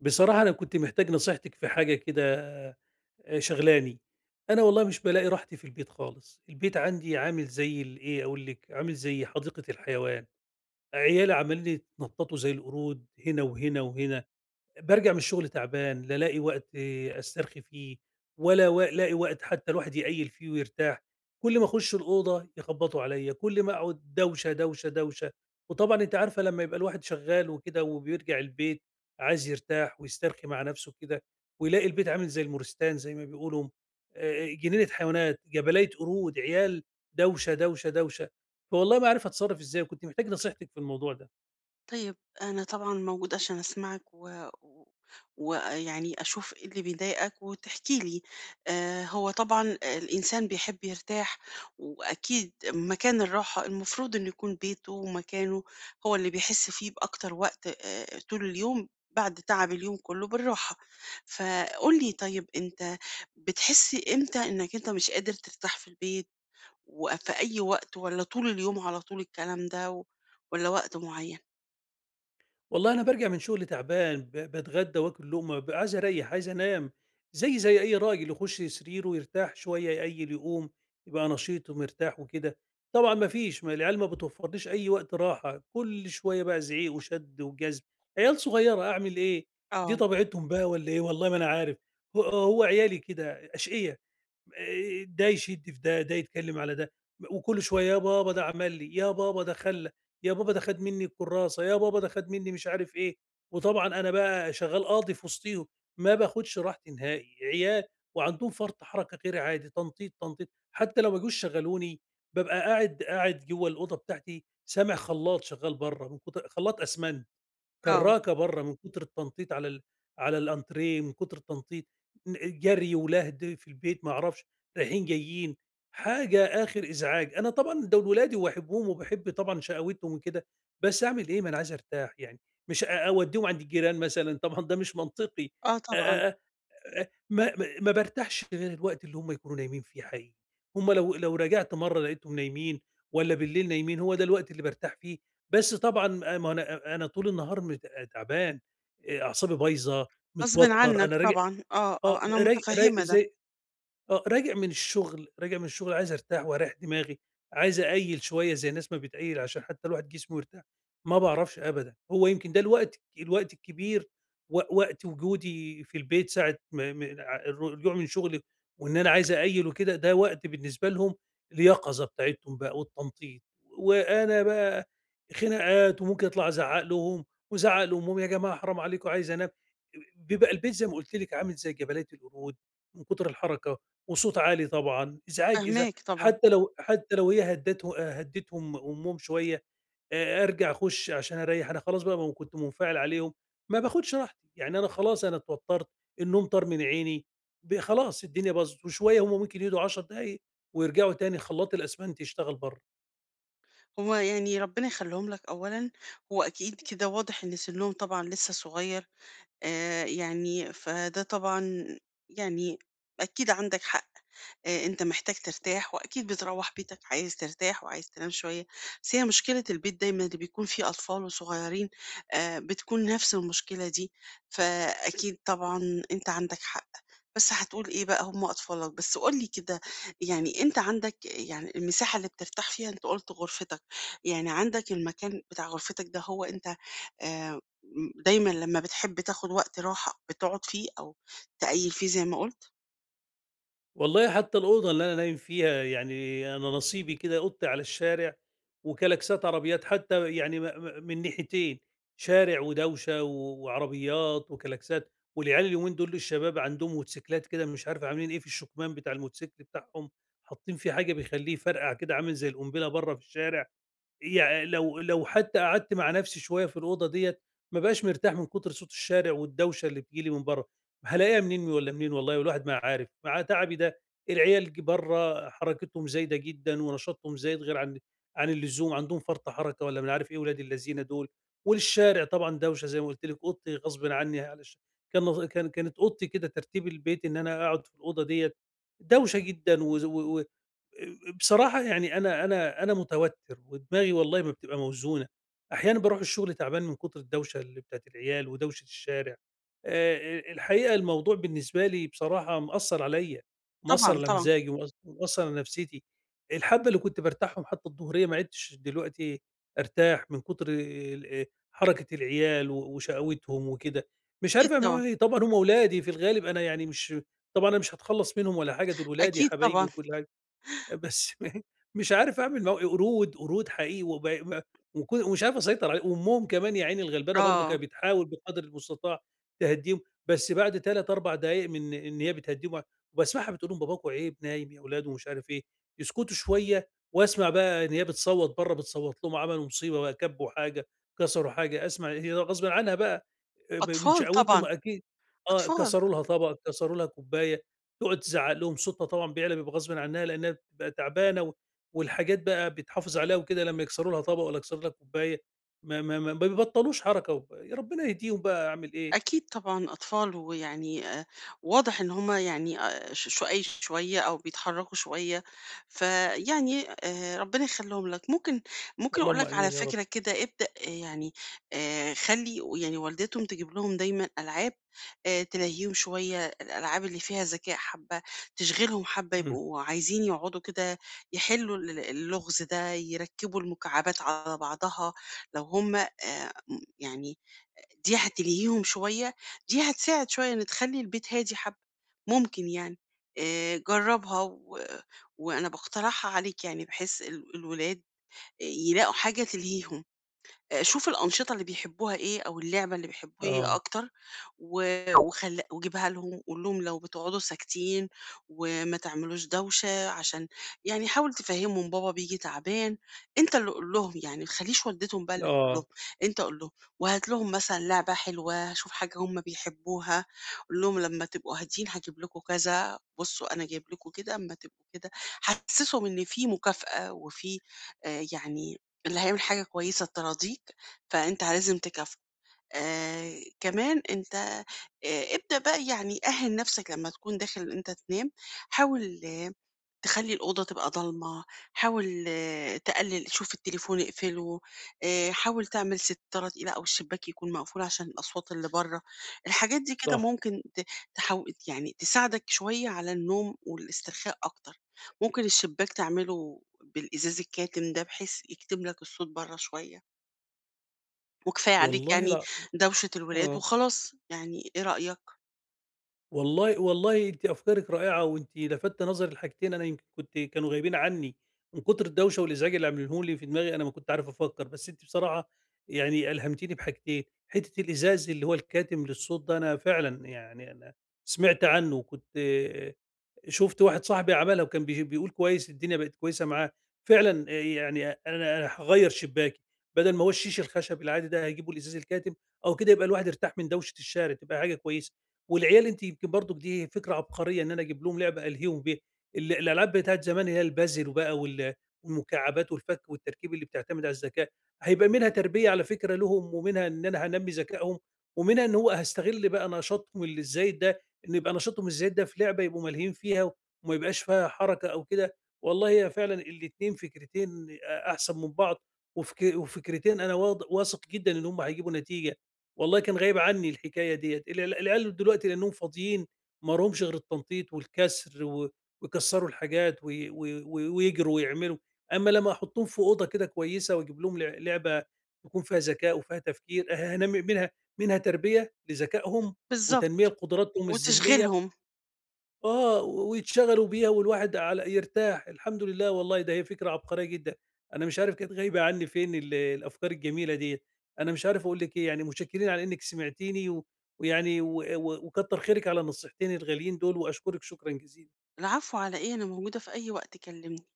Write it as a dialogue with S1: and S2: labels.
S1: بصراحة أنا كنت محتاج نصيحتِك في حاجة كده، شاغلاني. أنا والله مش بالاقي راحتي في البيت خالص، البيت عندي عامل زي ال إيه أقول لِك، عامل زي حديقة الحيوان، عيالي عمالين يتنططوا زي القرود هنا وهنا وهنا. بارجع من الشغل تعبان، لا الاقي وقت أسترخي فيه، ولا الاقي وقت حتى الواحد يقيّل فيه ويرتاح، كل ما أخُش الأوضة يخبّطوا عليّا، كل ما أقعد دوشة، دوشة، دوشة، وطبعًا أنتِ عارفة لمّا يبقى الواحد شغّال وكده وبيرجع البيت عايز يرتاح ويسترخي مع نَفْسه كده، ويلاقي البيت عامل زي المورستان زي ما بيقولوا، جنينة حيوانات، جبلية قرود، عيال دوشة، دوشة، دوشة، فوالله ما عارف أتصرّف إزاي، وكنت محتاج نصيحتِك في الموضوع ده.
S2: طيب، أنا طبعًا موجودة عشان أسمعك و ويعني أشوف إيه اللي بيضايقك وتحكي لي. هو طبعًا الإنسان بيحب يرتاح، وأكيد مكان الراحة المفروض إنه يكون بيته ومكانه هو اللي بيحس فيه بأكتر وقت، طول اليوم بعد تعب اليوم كله بالراحة. فقُل لي طيب، أنت بتحس إمتى إنك أنت مش قادر ترتاح في البيت؟ وفي أي وقت، والّا طول اليوم على طول الكلام ده، والّا وقت معين؟
S1: والله أنا بارجع من شغل تعبان، باتغدى وآكل لقمة، بابقى عايز أريّح، عايز أنام، زيي زي أي راجل يخش سريره يرتاح شوية، يقيّل، يقوم، يبقى نشيط ومرتاح وكده. طبعًا ما فيش، ما العيال ما بتوفّرليش أي وقت راحة، كل شوية بقى زعيق وشد وجذب، عيال صغيّرة أعمل إيه؟ دي
S2: آه.
S1: طبيعتهم بقى والّا إيه؟ والله ما أنا عارف، هو عيالي كده أشقيا. ده يشِد في ده، ده يتكلّم على ده، وكل شوية يا بابا ده عمل لي، يا بابا ده خلّى، يا بابا ده خَد منّي الكُرّاسة، يا بابا ده خَد منّي مش عارف إيه، وطبعًا أنا بقى شغّال قاضي في وسطيهم، ما باخُدش راحتي نهائي، عيال وعندهم فرط حركة غير عادي، تنطيط، تنطيط، حتى لو ما جوش شغّلوني، بابقى قاعد قاعد جوّه الأوضة بتاعتي سامع خلّاط شغّال برّه من كتر خلّاط أسمنت.
S2: آه،
S1: كراكة برّه من كتر التنطيط على الأنتريه، من كتر التنطيط، جري ولهد في البيت ما أعرفش، رايحين جايين، حاجة آخر إزعاج. أنا طبعًا دول ولادي وباحبهم وباحب طبعًا شقاوتهم وكده، بس أعمل إيه ما أنا عايز أرتاح يعني، مش أودّيهم عند الجيران مثلًا، طبعًا ده مش منطقي.
S2: آه طبعًا،
S1: أ أ ما بارتاحش غير الوقت اللي هم يكونوا نايمين فيه حقيقي، هم لو راجعت مرّة لقيتهم نايمين والّا بالليل نايمين، هو ده الوقت اللي بارتاح فيه، بس طبعًا ما هو أنا طول النهار تعبان، أعصابي بايظة،
S2: غصبٍ
S1: متوتّر،
S2: عنك
S1: أنا راجع،
S2: طبعًا، آه،
S1: آه،
S2: آه، أنا
S1: را را
S2: متفهمة ده،
S1: زي، راجع من الشغل، راجع من الشغل عايز أرتاح وأريّح دماغي، عايز أقيّل شوية زي الناس ما بتقيّل عشان حتى الواحد جسمه يرتاح، ما باعرفش أبدًا. هو يمكن ده الوقت الكبير و وقت وجودي في البيت ساعة ما ع الرجوع من شغلي وإن أنا عايز أقيّل وكده، ده وقت بالنسبة لهم اليقظة بتاعتهم بقى والتنطيط، وأنا بقى خناقات وممكن أطلع أزعّق لهم وأزعّق لأمهم، "يا جماعة حرام عليكم عايز أنام." بيبقى البيت زي ما قُلت لِك عامل زي جبلية القرود من كتر الحركة. وصوت عالي طبعًا، إزعاج
S2: فاهماك طبعًا.
S1: حتى لو هي هدّتهم أمهم شوية، أرجع أخُش عشان أريّح، أنا خلاص بقى ما كنت منفعل عليهم، ما باخُدش راحتي، يعني أنا خلاص أنا اتوتّرت، النوم طار من عيني، خلاص الدنيا باظت، وشوية هم ممكن يهدوا 10 دقايق ويرجعوا تاني خلاط الأسنان تشتغل برّه.
S2: هو يعني ربنا يخليهم لك أولًا، هو أكيد كده واضح إن سنهم طبعًا لسه صغير، يعني فده طبعًا يعني أكيد عندك حق. أنت محتاج ترتاح، وأكيد بتروّح بيتك عايز ترتاح وعايز تنام شوية، بس هي مشكلة البيت دايمًا اللي بيكون فيه أطفال وصغيّرين بتكون نفس المشكلة دي، فأكيد طبعًا أنت عندك حق، بس هتقول إيه بقى، هم أطفالك. بس قُل لي كده، يعني أنت عندك يعني المساحة اللي بترتاح فيها، أنت قُلت غرفتك، يعني عندك المكان بتاع غرفتك ده، هو أنت م دايمًا لمّا بتحب تاخد وقت راحة بتقعد فيه أو تقيّل فيه زي ما قُلت؟
S1: والله حتى الأوضة اللي أنا نايم فيها يعني أنا نصيبي كده أوضتي على الشارع وكلاكسات عربيات حتى يعني من ناحيتين شارع ودوشة وعربيات وكلاكسات والعيال اليومين دول الشباب عندهم موتوسيكلات كده مش عارف عاملين إيه في الشكمان بتاع الموتوسيكل بتاعهم حاطين فيه حاجة بيخليه فرقع كده عامل زي القنبلة بره في الشارع، يع لو لو حتى قعدت مع نفسي شوية في الأوضة ديّة، ما بابقاش مرتاح من كتر صوت الشارع والدوشة اللي بتيجي لي من برّه، هالاقيها منين والّا منين والله والواحد ما عارف، مع تعبي ده العيال برّه حركتهم زايدة جدًا ونشاطهم زايد غير عن اللزوم، عندهم فرط حركة والّا ما أنا عارف إيه ولاد اللذينة دول، والشارع طبعًا دوشة زي ما قُلت لِك، أوضتي غصبٍ عني، علش كان نظ كان كانت أوضتي كده ترتيب البيت إن أنا أقعد في الأوضة ديّة دوشة جدًا وز و و بصراحة يعني أنا متوتر ودماغي والله ما بتبقى موزونة، أحيانًا باروح الشغل تعبان من كتر الدوشة اللي بتاعة العيال ودوشة الشارع. الحقيقة الموضوع بالنسبة لي بصراحة مأثّر عليّا،
S2: طبعًا،
S1: مأثّر على
S2: طبعًا،
S1: مزاجي ومأثّر على نفسيتي. الحبّة اللي كنت بارتاحهم حتى الضهرية ما عدتش دلوقتي أرتاح من كتر حركة العيال وشقاوتهم وكده. مش
S2: أكيد
S1: عارف
S2: طبعًا.
S1: أعمل إيه، طبعًا هم ولادي في الغالب أنا يعني مش، طبعًا أنا مش هاتخلّص منهم ولا حاجة، دول ولادي
S2: أكيد
S1: حبايبي
S2: طبعًا،
S1: وكل حاجة. آه، بس مش عارف أعمل قرود، قرود حقيقي وب م وك ومش عارف أسيطر علي إيه، وأمهم كمان يا عيني الغلبانة برضه
S2: آه،
S1: كانت بتحاول بقدر المستطاع تهدّيهم، بس بعد 3، 4 دقايق من إن هي بتهدّيهم وباسمعها بتقول لهم: "باباكم عيب نايم يا ولاد." ومش عارف إيه، يسكتوا شوية وأسمع بقى إن هي بتصوّت برّه، بتصوّت لهم عملوا مصيبة بقى، كبّوا حاجة، كسروا حاجة، أسمع هي غصبٍ عنها بقى م من
S2: أطفال
S1: شقاوتهم
S2: طبعًا،
S1: أكيد. آه،
S2: أطفال.
S1: كسروا لها طبق، كسروا لها كوباية. تقعد تزعق لهم صوتها طبعًا بيعلى بيبقى غصبٍ عنها لأنها بتبقى تعبانة، و والحاجات بقى بيتحافظ عليها وكده لمّا يكسروا لها طبق والّا يكسروا لها كوباية، ما بيبطّلوش حركة يا ربنا يهديهم بقى أعمل إيه؟
S2: أكيد طبعًا أطفال، ويعني واضح إن هم يعني ش شُقَيْ شوية أو بيتحرّكوا شوية، فيعني ربنا يخلّيهم لك. ممكن أقول
S1: اللهم
S2: لك على
S1: آمين يا رب.
S2: فكرة كده، ابدأ آه، يعني خلّي يعني والدتهم تجيب لهم دايمًا ألعاب، تلهّيهم شوية، الألعاب اللي فيها ذكاء حبّة، تشغِلهم حبّة،
S1: إمم.
S2: يبقوا عايزين يقعدوا كده يحلّوا اللغز ده، يركّبوا المكعبات على بعضها لو هم م يعني دي هتلهيهم شوية، دي هتساعد شوية إن تخلّي البيت هادي حبّة، ممكن يعني جرّبها، وأنا باقترحها عليك، يعني بحيث الولاد يلاقوا حاجة تلهيهم. شوف الأنشطة اللي بيحبوها إيه أو اللعبة اللي بيحبوه إيه
S1: آه.
S2: أكتر، و وجيبها لهم، قُل لهم لو بتقعدوا ساكتين وما تعملوش دوشة، عشان يعني حاول تفهّمهم بابا بييجي تعبان، أنت اللي قُل لهم، يعني ما تخلّيش والدتهم بقى اللي تقول لهم،
S1: آه.
S2: أنت قُل لهم. وهات لهم مثلًا لعبة حلوة، شوف حاجة هم بيحبوها، قُل لهم لمّا تبقوا هاديين هاجيب لكم كذا، بُصّوا أنا جايب لكم كده، أمّا تبقوا كده، حسّسهم إن في مكافأة وفي يعني اللي هيعمل حاجة كويسة تراضيك، فأنت لازم تكافئه. كمان أنت ابدأ بقى، يعني أهِّن نَفْسك لمّا تكون داخل إن أنت تنام، حاول تخلّي الأوضة تبقى ضلمة، حاول آه، تقلل شوف التليفون اقفله، حاول تعمل ستارة تقيلة أو الشباك يكون مقفول عشان الأصوات اللي برّه، الحاجات دي كده
S1: صح.
S2: ممكن ت تحو يعني تساعدك شوية على النوم والاسترخاء أكتر، ممكن الشباك تعمله بالإزاز الكاتم ده بحيث يكتم لك الصوت برّه شوية، وكفاية عليك
S1: والله
S2: يعني
S1: لأ.
S2: دوشة الولاد
S1: آه.
S2: وخلاص، يعني إيه رأيك؟
S1: والله والله أنتِ أفكارِك رائعة، وأنتِ لفتّ نظري لحاجتين أنا يمكن كانوا غايبين عني، من كتر الدوشة والإزعاج اللي عاملينه لي في دماغي أنا ما كنت عارف أفكّر، بس أنتِ بصراحة يعني ألهمتيني بحاجتين، حتّة الإزاز اللي هو الكاتم للصوت ده أنا فعلًا يعني أنا سمعت عنّه وكنت شُفت واحد صاحبي عملها وكان بيقول كويس الدنيا بقت كويسة معاه، فعلًا يعني أنا هاغيّر شباكي، بدل ما هو الشيش الخشب العادي ده هاجيبه الإزاز الكاتم أو كده يبقى الواحد ارتاح من دوشة الشارع، تبقى حاجة كويسة. والعيال أنتِ يمكن برضُك دي فكرة عبقرية إن أنا أجيب لهم لعبة ألهيهم بيها، الألعاب بتاعة زمان اللي هي البازل وبقى والمكعبات والفك والتركيب اللي بتعتمد على الذكاء، هيبقى منها تربية على فكرة لهم ومنها إن أنا هانمّي ذكائهم ومنها إن هو هاستغل بقى نشاطهم الزايد ده، إن يبقى نشاطهم الزايد ده في لعبة يبقوا ملهيين فيها وما يبقاش فيها حركة أو كده، والله هي فعلًا الاتنين فكرتين أحسن من بعض، وفكرتين أنا واثق جدًا إن هم هيجيبوا نتيجة، والله كان غايب عني الحكاية ديّة، العيال دلوقتي لإنهم فاضيين ما لهمش غير التنطيط والكسر و ويكسروا الحاجات ويجروا ويعملوا، أمّا لمّا أحطّهم في أوضة كده كويسة وأجيب لهم لعبة تكون فيها ذكاء وفيها تفكير، هنمّي منها تربية لذكائهم وتنمية
S2: بالضبط،
S1: لقدراتهم الذهنية،
S2: وتشغلهم،
S1: آه، ويتشغلوا بيها والواحد على يرتاح، الحمد لله والله ده هي فكرة عبقرية جدًا، أنا مش عارف كانت غايبة عني فين الأفكار الجميلة ديّة، أنا مش عارف أقول لِك إيه، يعني متشكرين على إنِك سمعتيني و ويعني و و وكتّر خيرِك على نصيحتين الغاليين دول وأشكرِك شكرًا جزيلًا.
S2: العفو على إيه، أنا موجودة في أي وقت كلمني.